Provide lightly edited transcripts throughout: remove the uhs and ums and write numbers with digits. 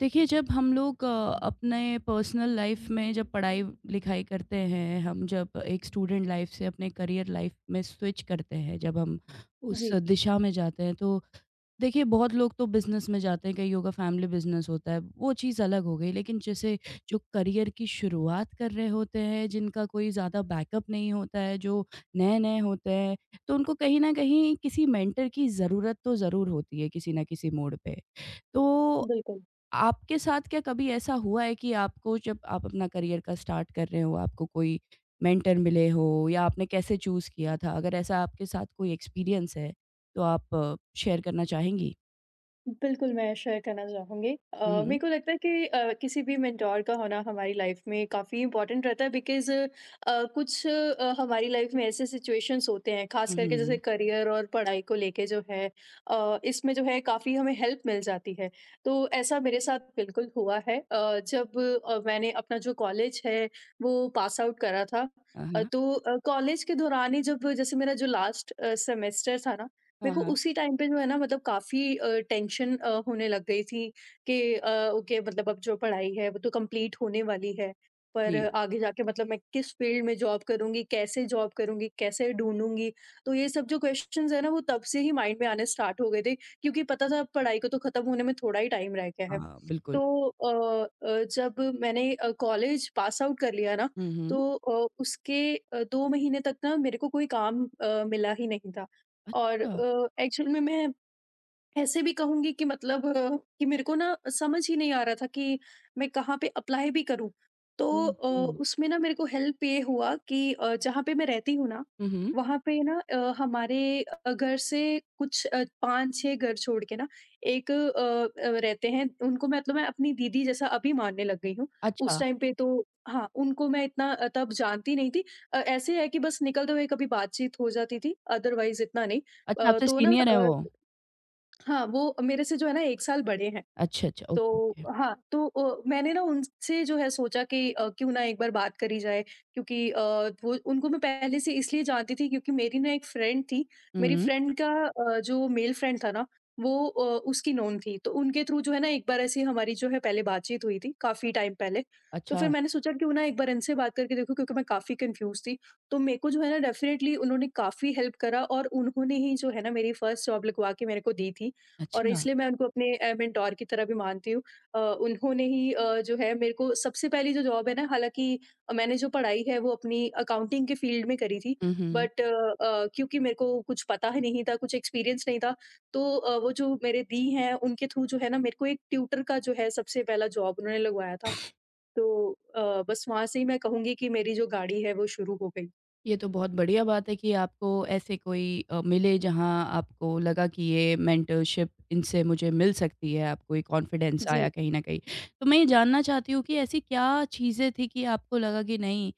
देखिए, जब हम लोग अपने पर्सनल लाइफ में जब पढ़ाई लिखाई करते हैं, हम जब एक स्टूडेंट लाइफ से अपने करियर लाइफ में स्विच करते हैं, जब हम उस जी, दिशा में जाते हैं तो देखिए, बहुत लोग तो बिजनेस में जाते हैं, कईयों का फैमिली बिजनेस होता है, वो चीज़ अलग हो गई। लेकिन जैसे जो करियर की शुरुआत कर रहे होते हैं, जिनका कोई ज़्यादा बैकअप नहीं होता है, जो नए नए होते हैं, तो उनको कहीं ना कहीं किसी मेंटर की ज़रूरत तो ज़रूर होती है किसी ना किसी मोड़ पे। तो बिल्कुल। आपके साथ क्या कभी ऐसा हुआ है कि आपको जब आप अपना करियर का स्टार्ट कर रहे हो, आपको कोई मेंटर मिले हो, या आपने कैसे चूज किया था? अगर ऐसा आपके साथ कोई एक्सपीरियंस है तो आप शेयर करना चाहेंगी? बिल्कुल, मैं शेयर करना चाहूँगी। हुँ, मेरे हुँ। को लगता है कि किसी भी मेंटर का होना हमारी लाइफ़ में काफ़ी इम्पोर्टेंट रहता है बिकॉज़ हमारी लाइफ़ में ऐसे सिचुएशंस होते हैं, ख़ास हुँ, हुँ, करके जैसे हुँ। करियर और पढ़ाई को लेके जो है इसमें जो है काफ़ी हमें हेल्प मिल जाती है। तो ऐसा मेरे साथ बिल्कुल हुआ है। जब मैंने अपना जो कॉलेज है, वो पास आउट करा था। हाँ, अ, हाँ। तो अ, कॉलेज के दौरान ही जब जैसे मेरा जो लास्ट सेमेस्टर था ना, मेरे हाँ, को हाँ। उसी टाइम पे जो है ना मतलब काफ़ी टेंशन होने लग गई थी कि ओके मतलब अब जो पढ़ाई है वो तो कंप्लीट होने वाली है, पर जी। आगे जाके मतलब मैं किस फील्ड में जॉब करूँगी, कैसे ढूँढूँगी? तो ये सब जो क्वेश्चंस हैं ना वो तब से ही माइंड में आने स्टार्ट हो गए थे क्योंकि पता था पढ़ाई को तो ख़त्म होने में थोड़ा ही टाइम रह गया है। हाँ, बिल्कुल। तो जब मैंने कॉलेज पास आउट कर लिया ना, हुँ, तो हुँ। उसके 2 महीने तक ना मेरे को कोई काम मिला ही नहीं था। और अच्छा। एक्चुअल में मैं ऐसे भी कहूँगी कि मतलब अ, कि मेरे को ना समझ ही नहीं आ रहा था कि मैं कहाँ पे अप्लाई भी करूँ। तो ओहो! उसमें ना मेरे को हेल्प ये हुआ कि जहाँ पे मैं रहती हूँ ना, हुँ, हुँ। वहाँ पे ना हमारे घर से कुछ 5-6 घर छोड़ के ना एक रहते हैं, उनको मतलब मैं अपनी दीदी जैसा अभी मानने लग गई हूँ। उस अच्छा। टाइम पे तो हाँ, उनको मैं इतना तब जानती नहीं थी। ऐसे है कि बस निकलते हुए कभी बातचीत हो जाती थी, अदरवाइज़ इतना नहीं। अच्छा, अ, आपसे तो ना सीनियर हैं अ वो? हाँ, वो मेरे से जो है ना 1 साल बड़े हैं। अच्छा, अच्छा। तो ओके, ओके। हाँ, तो मैंने ना उनसे जो है सोचा कि क्यों ना एक बार बात करी जाए क्योंकि वो उनको मैं पहले से इसलिए जानती थी क्योंकि मेरी ना एक फ्रेंड थी, मेरी हुँ। फ्रेंड का जो मेल फ्रेंड था ना वो उसकी नोन थी। तो उनके थ्रू जो है ना एक बार ऐसी हमारी जो है पहले बातचीत हुई थी, काफ़ी टाइम पहले। तो अच्छा, फिर मैंने सोचा क्यों ना एक बार इनसे बात करके देखूँ क्योंकि मैं काफ़ी कन्फ्यूज़ थी। तो मेरे को जो है ना डेफ़िनेटली उन्होंने काफ़ी हेल्प करा और उन्होंने ही जो है ना मेरी फर्स्ट जॉब लगवा के मेरे को दी थी। और अच्छा। इसलिए मैं उनको अपने मेंटोर की तरह भी मानती हूँ। उन्होंने ही जो है मेरे को सबसे पहली जो जॉब है ना, हालाँकि मैंने जो पढ़ाई है वो अपनी अकाउंटिंग के फ़ील्ड में करी थी। हुँ, हुँ। बट क्योंकि मेरे को कुछ पता ही नहीं था, कुछ एक्सपीरियंस नहीं था, तो वो जो मेरे दी हैं उनके थ्रू जो है ना मेरे को एक ट्यूटर का जो है सबसे पहला जॉब उन्होंने लगवाया था। तो बस वहाँ से ही मैं कहूँगी कि मेरी जो गाड़ी है वो शुरू हो गई। ये तो बहुत बढ़िया बात है कि आपको ऐसे कोई मिले जहाँ आपको लगा कि ये मेंटरशिप इनसे मुझे मिल सकती है, आपको ये कॉन्फिडेंस आया जी, कहीं न कहीं। तो मैं ये जानना चाहती हूँ कि ऐसी क्या चीज़ें थी कि आपको लगा कि नहीं,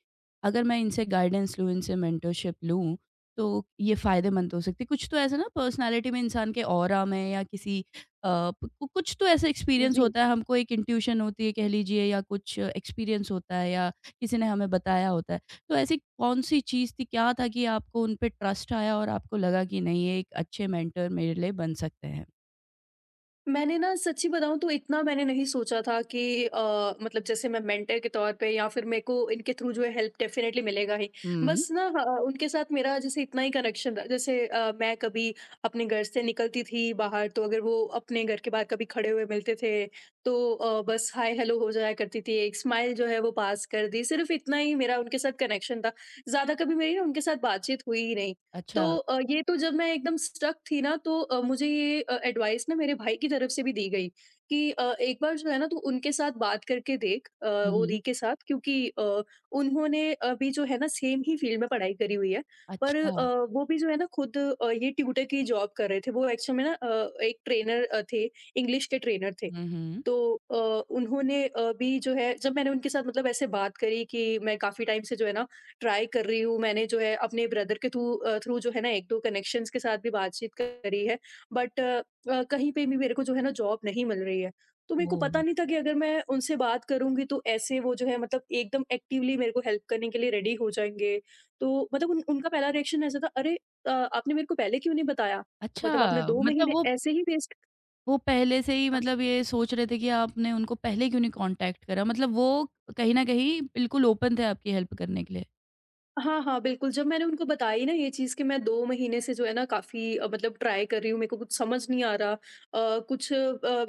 अगर मैं इनसे गाइडेंस लूँ, इनसे मेंटरशिप लूँ, तो ये फ़ायदेमंद हो सकती है? कुछ तो ऐसा ना पर्सनैलिटी में, इंसान के ऑरा में, या किसी कुछ तो ऐसा एक्सपीरियंस जी। होता है, हमको एक इंट्यूशन होती है कह लीजिए, या कुछ एक्सपीरियंस होता है, या किसी ने हमें बताया होता है। तो ऐसी कौन-सी चीज़ थी, क्या था कि आपको उन पे ट्रस्ट आया और आपको लगा कि नहीं, ये एक अच्छे मेंटर मेरे लिए बन सकते हैं? मैंने ना सच्ची बताऊँ तो इतना मैंने नहीं सोचा था कि अ, मतलब जैसे मैं मेंटर के तौर पे या फिर मेरे को इनके थ्रू जो है हेल्प डेफ़िनेटली मिलेगा ही। हुँ। बस ना उनके साथ मेरा जैसे इतना ही कनेक्शन रहा जैसे मैं कभी अपने घर से निकलती थी बाहर तो अगर वो अपने घर के बाहर कभी खड़े हुए मिलते थे तो बस हाय हेलो हो जाया करती थी, एक स्माइल जो है वो पास कर दी, सिर्फ़ इतना ही मेरा उनके साथ कनेक्शन था। ज़्यादा कभी मेरी ना उनके साथ बातचीत हुई ही नहीं। तो अच्छा। ये तो जब मैं एकदम स्ट्रक थी ना तो मुझे ये एडवाइस ना मेरे भाई की तरफ से भी दी गई कि एक बार जो है ना तू उनके साथ बात करके देख हुँ, वो हुँ। री के साथ क्योंकि उन्होंने अभी जो है ना सेम ही फील्ड में पढ़ाई करी हुई है, पर अच्छा। वो भी जो है ना खुद ये ट्यूटर की जॉब कर रहे थे, वो एक्चुअल में ना एक ट्रेनर थे, इंग्लिश के ट्रेनर थे। हुँ, हुँ। तो अ, उन्होंने भी जो है जब मैंने उनके साथ मतलब ऐसे बात करी कि मैं काफ़ी टाइम से जो है ना ट्राई कर रही हूँ, मैंने जो है अपने ब्रदर के थ्रू अ, थ्रू जो है ना 1-2 कनेक्शंस के साथ भी बातचीत करी है, बट कहीं पे भी मेरे को जो है ना जॉब नहीं मिल रही है। तो मेरे को पता ओह! नहीं था कि अगर मैं उनसे बात करूँगी तो ऐसे वो जो है मतलब एकदम एक्टिवली मेरे को हेल्प करने के लिए रेडी हो जाएँगे। तो मतलब उन उनका पहला रिएक्शन ऐसा था, "अरे! आपने मेरे को पहले क्यों नहीं बताया? मतलब आपने अच्छा, 2 मतलब महीने ऐसे ही वेस्ट।" वो पहले से ही मतलब ये सोच रहे थे कि आपने उनको पहले क्यों नहीं कॉन्टैक्ट करा? मतलब वो कहीं न कहीं बिल्कुल ओपन थे आपकी हेल्प करने के लिए। हाँ, हाँ, बिल्कुल, जब मैंने उनको बताई ना ये चीज़ कि मैं 2 महीने से जो है ना काफ़ी मतलब ट्राई कर रही हूँ, मेरे को कुछ समझ नहीं आ रहा। कुछ अ,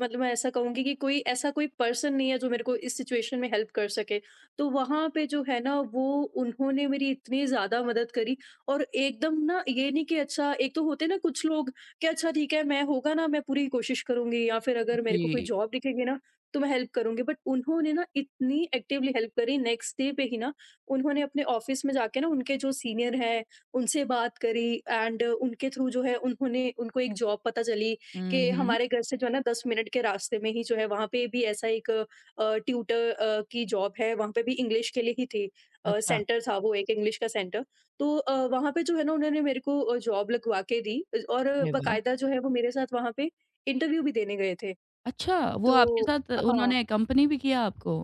मतलब मैं ऐसा कहूँगी कि कोई ऐसा कोई पर्सन नहीं है जो मेरे को इस सिचुएशन में हेल्प कर सके। तो वहाँ पे जो है ना वो उन्होंने मेरी इतनी ज़्यादा मदद करी और एकदम ना ये नहीं कि अच्छा, एक तो होते हैं ना कुछ लोग कि अच्छा ठीक है, मैं होगा ना मैं पूरी कोशिश करूँगी या फिर अगर मेरे को कोई जी। जॉब दिखेगी ना तो मैं हेल्प करूँगी। बट उन्होंने ना इतनी एक्टिवली हेल्प करी, नेक्स्ट डे पे ही ना उन्होंने अपने ऑफिस में जाके ना उनके जो सीनियर हैं, उनसे बात करी एंड उनके थ्रू जो है उन्होंने उनको एक जॉब पता चली हुँ, कि हुँ। हमारे घर से जो है ना 10 मिनट के रास्ते में ही जो है वहाँ पे भी ऐसा एक ट्यूटर की जॉब है, वहाँ पे भी इंग्लिश के लिए ही थी। अच्छा। सेंटर था वो एक इंग्लिश का सेंटर। तो वहाँ पे जो है ना उन्होंने मेरे को जॉब लगवा के दी और अरे वाह! बाकायदा जो है वो मेरे साथ वहाँ पे इंटरव्यू भी देने गए थे। अच्छा, वो आपके तो साथ हाँ। उन्होंने कंपनी भी किया आपको?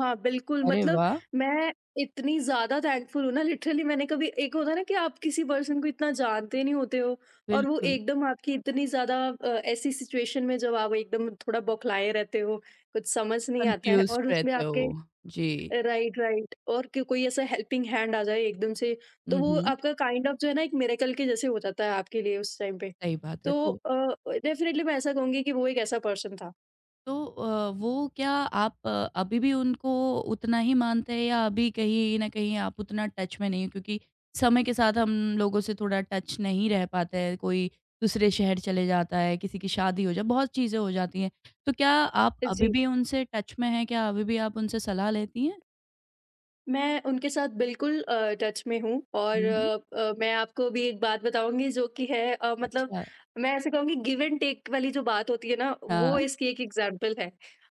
हाँ, बिल्कुल, अरे मतलब वाह! मैं इतनी ज़्यादा थैंकफुल हूँ ना, लिटरली मैंने कभी एक होता है ना कि आप किसी पर्सन को इतना जानते नहीं होते हो और वो बिल्कुल। एकदम आपकी इतनी ज़्यादा ऐसी सिचुएशन में जब आप एकदम थोड़ा बौखलाए रहते हो, कुछ समझ नहीं आता है और कन्फ्यूज़्ड उसमें रहते हो। आपके जी। राइट, राइट और क कोई ऐसा हेल्पिंग हैंड आ जाए एकदम से, तो हुँ, वो हुँ। आपका काइंड ऑफ जो है ना एक मिरेकल के जैसे हो जाता है आपके लिए उस टाइम पे। सही बात है। तो तो डेफ़िनेटली मैं ऐसा कहूँगी कि वो एक ऐसा पर्सन था। तो अ, वो क्या आप अभी भी उनको उतना ही मानते हैं, या अभी कहीं न कहीं आप उतना टच में नहीं हो? क्योंकि समय के साथ हम लोगों से थोड़ा टच नहीं रह पाते हैं, कोई दूसरे शहर चले जाता है, किसी की शादी हो जाए, बहुत चीज़ें हो जाती हैं। तो क्या आप अभी जी। भी उनसे टच में हैं? क्या अभी भी आप उनसे सलाह लेती हैं? मैं उनके साथ बिल्कुल टच में हूँ और हुँ, हुँ। मैं आपको भी एक बात बताऊँगी जो कि है मतलब अच्छा। मैं ऐसे कहूँगी गिव एंड टेक वाली जो बात होती है ना, वो हाँ। इसकी एक एग्ज़ाम्पल है।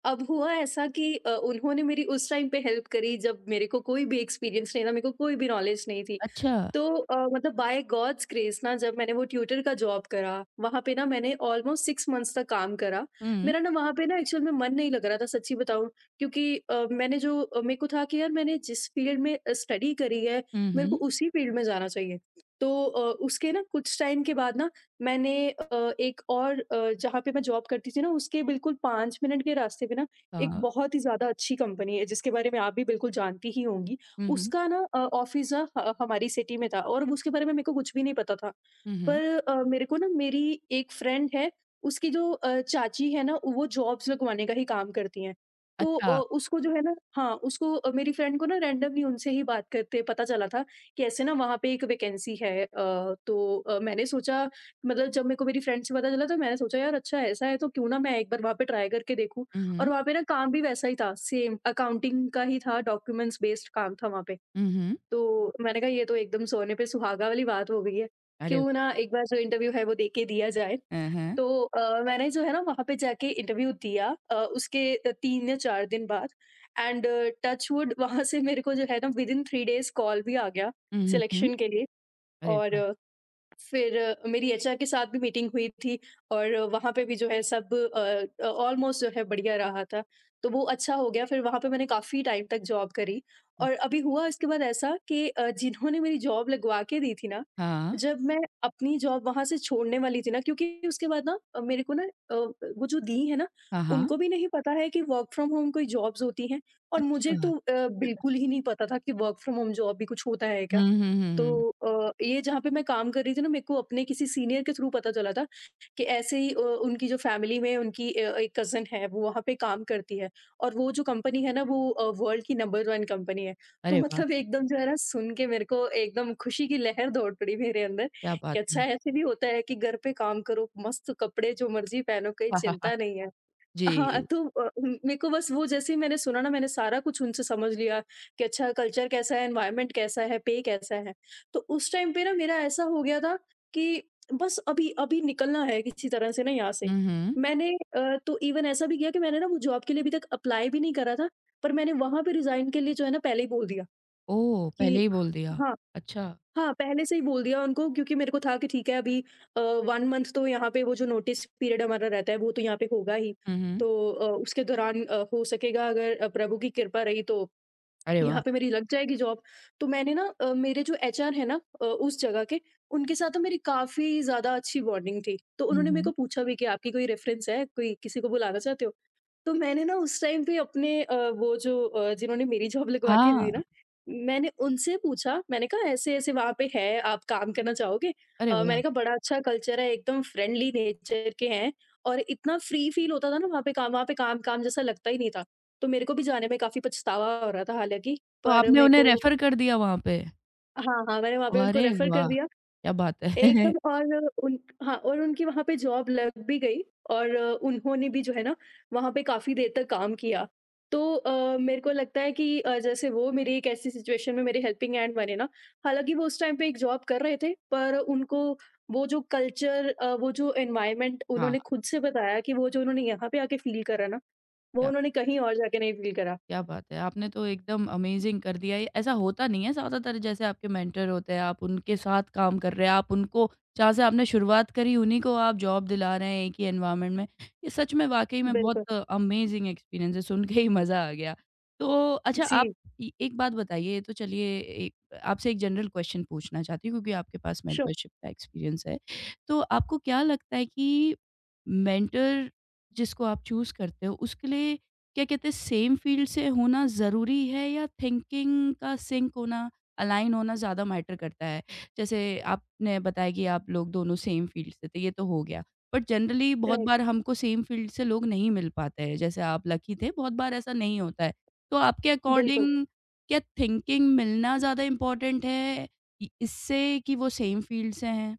अब हुआ ऐसा कि उन्होंने मेरी उस टाइम पे हेल्प करी जब मेरे को कोई भी एक्सपीरियंस नहीं था, मेरे को कोई भी नॉलेज नहीं थी। अच्छा। तो मतलब बाय गॉड्स ग्रेस ना जब मैंने वो ट्यूटर का जॉब करा, वहाँ पे ना मैंने ऑलमोस्ट 6 मंथ्स तक काम करा। हुँ। मेरा ना वहाँ पे ना एक्चुअल में मन नहीं लग रहा था, सच्ची बताऊँ क्योंकि मेरे को था कि यार मैंने जिस फील्ड में स्टडी करी है, हुँ, मेरे को हुँ। उसी फील्ड में जाना चाहिए। तो उसके ना कुछ टाइम के बाद ना मैंने जहाँ पे मैं जॉब करती थी ना उसके बिल्कुल 5 मिनट के रास्ते पे ना एक हाँ। बहुत ही ज़्यादा अच्छी कंपनी है जिसके बारे में आप भी बिल्कुल जानती ही होंगी। हुँ, हुँ। उसका ना ऑफ़िस ना ह हमारी सिटी में था और उसके बारे में मेरे को कुछ भी नहीं पता था। हुँ, हुँ। पर मेरे को ना मेरी एक फ्रेंड है, उसकी जो चाची है ना, वो जॉब्स लगवाने का ही काम करती हैं। तो अच्छा। उसको जो है ना हाँ, उसको मेरी फ्रेंड को ना रैंडमली उनसे ही बात करते पता चला था कि ऐसे ना वहाँ पे एक वैकेंसी है। तो मैंने सोचा मतलब जब मेरे को मेरी फ्रेंड से पता चला तो मैंने सोचा यार अच्छा ऐसा है तो क्यों ना मैं एक बार वहाँ पे ट्राई करके देखूँ। हुँ, और हुँ। वहाँ पे ना काम भी वैसा ही था, सेम अकाउंटिंग का ही था, डॉक्यूमेंट्स बेस्ड काम था वहाँ पे। हुँ, हुँ। तो मैंने कहा ये तो एकदम सोने पे सुहागा वाली बात हो गई है। अरे क्यों वाह! ना एक बार जो इंटरव्यू है वो देके दिया जाए। अ, हाँ। तो मैंने जो है ना वहाँ पे जाके इंटरव्यू दिया, उसके 3 या 4 दिन बाद एंड टच वुड वहाँ से मेरे को जो है ना विदिन 3 डेज़ कॉल भी आ गया हुँ, हुँ, हुँ। सिलेक्शन के लिए। अरे वाह! और फिर मेरी एचआर के साथ भी मीटिंग हुई थी और वहाँ पे भी जो है सब ऑलमोस्ट जो है बढ़िया रहा था। तो वो अच्छा हो गया, फिर वहाँ पे मैंने काफ़ी टाइम तक जॉब करी। हुँ, और अभी हुआ इसके बाद ऐसा कि जिन्होंने मेरी जॉब लगवा के दी थी ना, हाँ, जब मैं अपनी जॉब वहाँ से छोड़ने वाली थी ना, क्योंकि उसके बाद ना मेरे को ना वो जो दी है ना, हाँ, हाँ। उनको भी नहीं पता है कि वर्क फ्रॉम होम कोई जॉब्स होती हैं। और मुझे अच्छा। तो बिल्कुल ही नहीं पता था कि वर्क फ्रॉम होम जॉब भी कुछ होता है क्या? हुँ, हुँ, हुँ, हुँ, हुँ। तो ये जहाँ पे मैं काम कर रही थी ना, मेरे को अपने किसी सीनियर के थ्रू पता चला था कि ऐसे ही उनकी जो फैमिली में उनकी एक कज़न है वो वहाँ पे काम करती है, और वो जो कंपनी है ना वो वर्ल्ड की नंबर 1 कंपनी है। तो अरे वाह! मतलब एकदम जो है ना सुन के मेरे को एकदम खुशी की लहर दौड़ पड़ी मेरे अंदर क्या कि बात अच्छा, है। ऐसे भी होता है कि घर पे काम करो, मस्त कपड़े जो मर्ज़ी पहनो, कोई हाँ, हाँ, हाँ, चिंता नहीं है। हाँ, जी। तो मेरे को बस, वो जैसे ही मैंने सुना ना, मैंने सारा कुछ उनसे समझ लिया कि अच्छा कल्चर कैसा है, एनवायरनमेंट कैसा है, पे कैसा है। तो उस टाइम पे ना मेरा ऐसा हो गया था कि बस अभी अभी निकलना है किसी तरह से ना यहाँ से। हुँ, हुँ। मैंने तो इवन ऐसा भी किया कि मैंने ना वो जॉब के लिए अभी तक अप्लाई भी नहीं करा था, पर मैंने वहाँ पे रिज़ाइन के लिए जो है ना पहले ही बोल दिया ओह! पहले कि ही बोल दिया। हाँ, अच्छा। हाँ, पहले से ही बोल दिया उनको, क्योंकि मेरे को था कि ठीक है, अभी 1 मंथ तो यहाँ पे वो जो नोटिस पीरियड हमारा रहता है वो तो यहाँ पे होगा ही। हुँ, हुँ। तो उसके दौरान हो सकेगा, अगर प्रभु की कृपा रही तो अरे वाह! यहाँ पे मेरी लग जाएगी जॉब। तो मैंने ना मेरे जो एचआर है ना उस जगह के, उनके साथ तो मेरी काफ़ी ज़्यादा अच्छी बॉन्डिंग थी। तो हुँ, उन्होंने मेरे हुँ। को पूछा भी कि आपकी कोई रेफ़रेंस है? कोई किसी को बुलाना चाहते हो? तो मैंने ना उस टाइम पे अपने वो जो जिन्होंने मेरी जॉब लगवा के दी हाँ। ना, मैंने उनसे पूछा, मैंने कहा ऐसे-ऐसे वहाँ पे है, आप काम करना चाहोगे? अरे वाह! मैंने कहा बड़ा अच्छा कल्चर है, एकदम फ्रेंडली नेचर के हैं, और इतना फ्री फील होता था ना वहाँ पे काम काम जैसा लगता ही नहीं था। तो मेरे को भी जाने में काफ़ी पछतावा हो रहा था हालाँकि, तो पर आपने मेरे उन्हें को, रेफर कर दिया वहाँ पे? हाँ, हाँ, मैंने वहाँ पे उनको अरे रेफर कर वाह! दिया। क्या बात है। एकदम। और उन हाँ, और उनकी वहाँ पे जॉब लग भी गई और उन्होंने भी जो है ना वहाँ पे काफ़ी देर तक काम किया। तो मेरे को लगता है कि जैसे वो मेरी एक ऐसी सिचुएशन में मेरे हेल्पिंग हैंड बने ना, हालाँकि वो उस टाइम पे एक जॉब कर रहे थे, पर उनको वो जो कल्चर वो जो एनवायरनमेंट हाँ, उन्होंने खुद से बताया कि वो जो उन्होंने यहाँ पे आके फ़ील करा ना, वो क्या उन्होंने कहीं और जाके नहीं फ़ील करा। क्या बात है! आपने तो एकदम अमेज़िंग कर दिया ये। ऐसा होता नहीं है ज़्यादातर, जैसे आपके मेंटर होते हैं, आप उनके साथ काम कर रहे हैं, आप उनको जहाँ से आपने शुरुआत करी उन्हीं को आप जॉब दिला रहे हैं एक ही एनवायरनमेंट में। ये सच में वाक़ई में बिल्कुल। बहुत अमेज़िंग एक्सपीरियंस है, सुन के ही मज़ा आ गया। तो अच्छा आप जी। ए एक बात बताइए, ये तो चलिए, एक आपसे एक जनरल क्वेश्चन पूछना चाहती हूँ क्योंकि आपके पास श्योर। मेंटरशिप का एक्सपीरियंस है। तो आपको क्या लगता है कि मेंटर जिसको आप चूज़ करते हो उसके लिए क्या कहते हैं, सेम फील्ड से होना ज़रूरी है, या थिंकिंग का सिंक होना, अलाइन होना ज़्यादा मैटर करता है? जैसे आपने बताया कि आप लोग दोनों सेम फील्ड से थे, ये तो हो गया। बट जनरली बहुत राइट। बार हमको सेम फील्ड से लोग नहीं मिल पाते हैं, जैसे आप लकी थे, बहुत बार ऐसा नहीं होता है। तो आपके बिल्कुल। अकॉर्डिंग क्या थिंकिंग मिलना ज़्यादा इम्पोर्टेंट है इ इससे कि वो सेम फील्ड से हैं?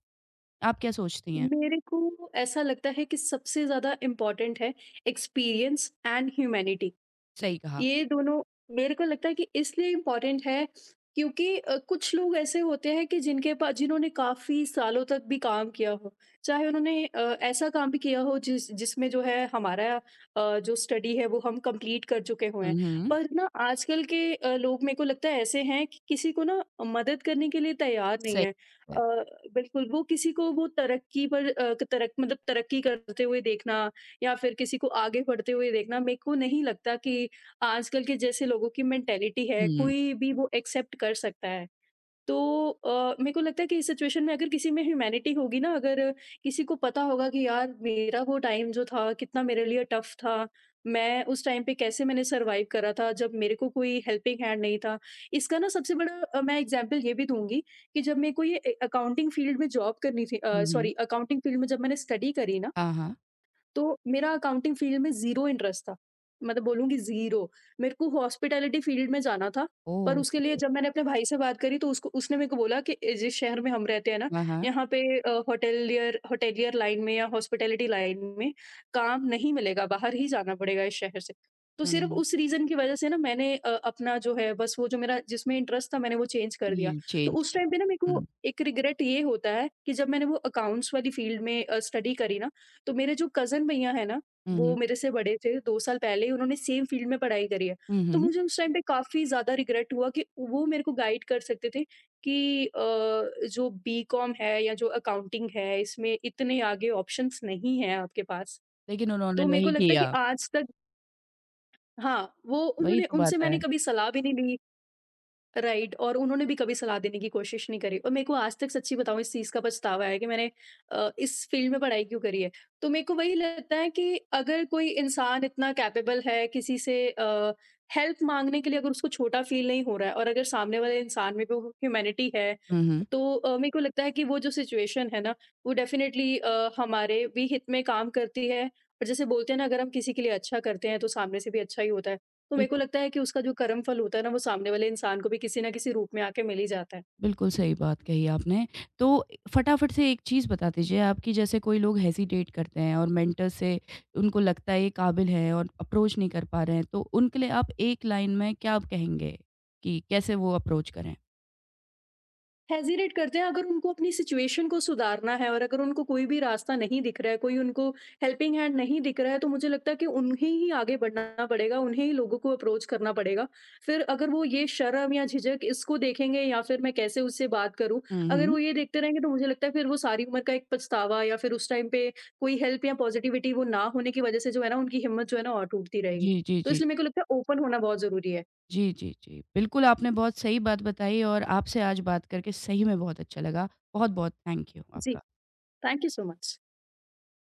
आप क्या सोचती हैं? मेरे को ऐसा लगता है कि सबसे ज़्यादा इम्पोर्टेंट है एक्सपीरियंस एंड ह्यूमैनिटी। सही कहा ये आपने। दोनों मेरे को लगता है कि इसलिए इम्पोर्टेंट है, क्योंकि कुछ लोग ऐसे होते हैं कि जिनके पास जिन्होंने काफ़ी सालों तक भी काम किया हो। चाहे उन्होंने ऐसा काम भी किया हो जिसमें जो है हमारा जो स्टडी है वो हम कंप्लीट कर चुके हुए हुँ, हैं। हुँ। पर ना आजकल के लोग, मेरे को लगता है, ऐसे हैं कि किसी को ना मदद करने के लिए तैयार नहीं सही है। है। बिल्कुल वो किसी को वो तरक्की पर अ, तरक मतलब तरक्की करते हुए देखना या फिर किसी को आगे बढ़ते हुए देखना, मेरे को नहीं लगता कि आजकल के जैसे लोगों की मेंटेलिटी है, हुँ, कोई भी वो एक्सेप्ट कर सकता है। तो मेरे को लगता है कि इस सिचुएशन में अगर किसी में ह्यूमैनिटी होगी ना, अगर किसी को पता होगा कि यार मेरा वो टाइम जो था, कितना मेरे लिए टफ़ था। मैं उस टाइम पे कैसे मैंने सर्वाइव करा था, जब मेरे को कोई हेल्पिंग हैंड नहीं था। इसका ना सबसे बड़ा मैं एग्ज़ाम्पल ये भी दूँगी कि जब मेरे को ये ए अकाउंटिंग फ़ील्ड में जॉब करनी थी, हुँ, हुँ। सॉरी, अकाउंटिंग फ़ील्ड में जब मैंने स्टडी करी ना, हाँ, हाँ। तो मेरा अकाउंटिंग फील्ड में ज़ीरो इंटरेस्ट था। मतलब बोलूँगी ज़ीरो। मेरे को हॉस्पिटैलिटी फील्ड में जाना था, पर ओह! उसके लिए जब मैंने अपने भाई से बात करी तो उसको उसने मेरे को बोला कि जिस शहर में हम रहते हैं ना, हाँ, हाँ। यहाँ पे होटेलियर होटेलियर लाइन में या हॉस्पिटैलिटी लाइन में काम नहीं मिलेगा, बाहर ही जाना पड़ेगा इस शहर से। तो हुँ, सिर्फ़ हुँ। उस रीज़न की वज़ह से ना मैंने अपना जो है बस वो जो मेरा जिसमें इंटरेस्ट था, मैंने वो चेंज कर दिया। हील तो चेंज उस टाइम पे ना मेरे करा। को हुँ, एक रिग्रेट ये होता है कि जब मैंने वो अकाउंट्स वाली फील्ड में स्टडी करी ना, तो मेरे जो कज़न भैया हैं ना, हुँ, वो हुँ। मेरे से बड़े थे, 2 साल पहले ही उन्होंने सेम फ़ील्ड में पढ़ाई करी है। हुँ, तो हुँ। मुझे उस टाइम पे काफ़ी ज़्यादा रिग्रेट हुआ कि वो मेरे को गाइड कर सकते थे कि अ, जो बीकॉम है या जो अकाउंटिंग है, इसमें इतने आगे ऑप्शंस नहीं हैं आपके पास। लेकिन उन्होंने तो मेरे को नहीं लगता है कि किया, आज तक, हाँ, वो वही उन्होंने तो उनसे बात है। मैंने कभी सलाह भी नहीं ली। राइट। और उन्होंने भी कभी सलाह देने की कोशिश नहीं करी, और मेरे को आज तक, सच्ची बताऊँ, इस चीज़ का पछतावा है कि मैंने इस फ़ील्ड में पढ़ाई क्यों करी है। तो मेरे को वही लगता है कि अगर कोई इंसान इतना कैपेबल है किसी से हेल्प माँगने के लिए, अगर उसको छोटा फ़ील नहीं हो रहा है, और अगर सामने वाले इंसान में भी वो ह्यूमैनिटी है, हुँ, हुँ। तो मेरे को लगता है कि वो जो सिचुएशन है ना, वो डेफ़िनेटली हमारे भी हित में काम करती है। और जैसे बोलते हैं ना, अगर हम किसी के लिए अच्छा करते हैं, तो सामने से भी अच्छा ही होता है। तो मेरे को बिल्कुल, लगता है कि उसका जो कर्म फल होता है ना, वो सामने वाले इंसान को भी किसी न किसी रूप में आके मिल ही जाता है। बिल्कुल सही बात कही आपने। तो फटाफट से एक चीज़ बता दीजिए आप कि जैसे कोई लोग हेसिटेट करते हैं और मेंटर से उनको लगता है ये काबिल है और अप्रोच नहीं कर पा रहे हैं, तो उनके लिए आप एक लाइन में क्या आप कहेंगे कि कैसे वो अप्रोच करें? हेज़िटेट करते हैं, अगर उनको अपनी सिचुएशन को सुधारना है और अगर उनको कोई भी रास्ता नहीं दिख रहा है, कोई उनको हेल्पिंग हैंड नहीं दिख रहा है, तो मुझे लगता है कि उन्हें ही आगे बढ़ना पड़ेगा, उन्हें ही लोगों को अप्रोच करना पड़ेगा। फिर अगर वो ये शर्म या झिझक इसको देखेंगे या फिर, मैं कैसे उससे बात करूँ, हुँ, अगर हुँ। वो ये देखते रहेंगे, तो मुझे लगता है फिर वो सारी उम्र का एक पछतावा, या फिर उस टाइम पे कोई हेल्प या पॉज़िटिविटी वो ना होने की वज़ह से जो है ना, उनकी हिम्मत जो है ना, और टूटती रहेगी। जी, जी, तो जी। इसलिए मेरे को लगता है ओपन होना बहुत ज़रूरी है। जी, जी, जी। बिल्कुल, आपने बहुत सही बात बताई और आपसे आज बात करके सही में बहुत अच्छा लगा। बहुत-बहुत थैंक यू जी, आपका। Thank you so much.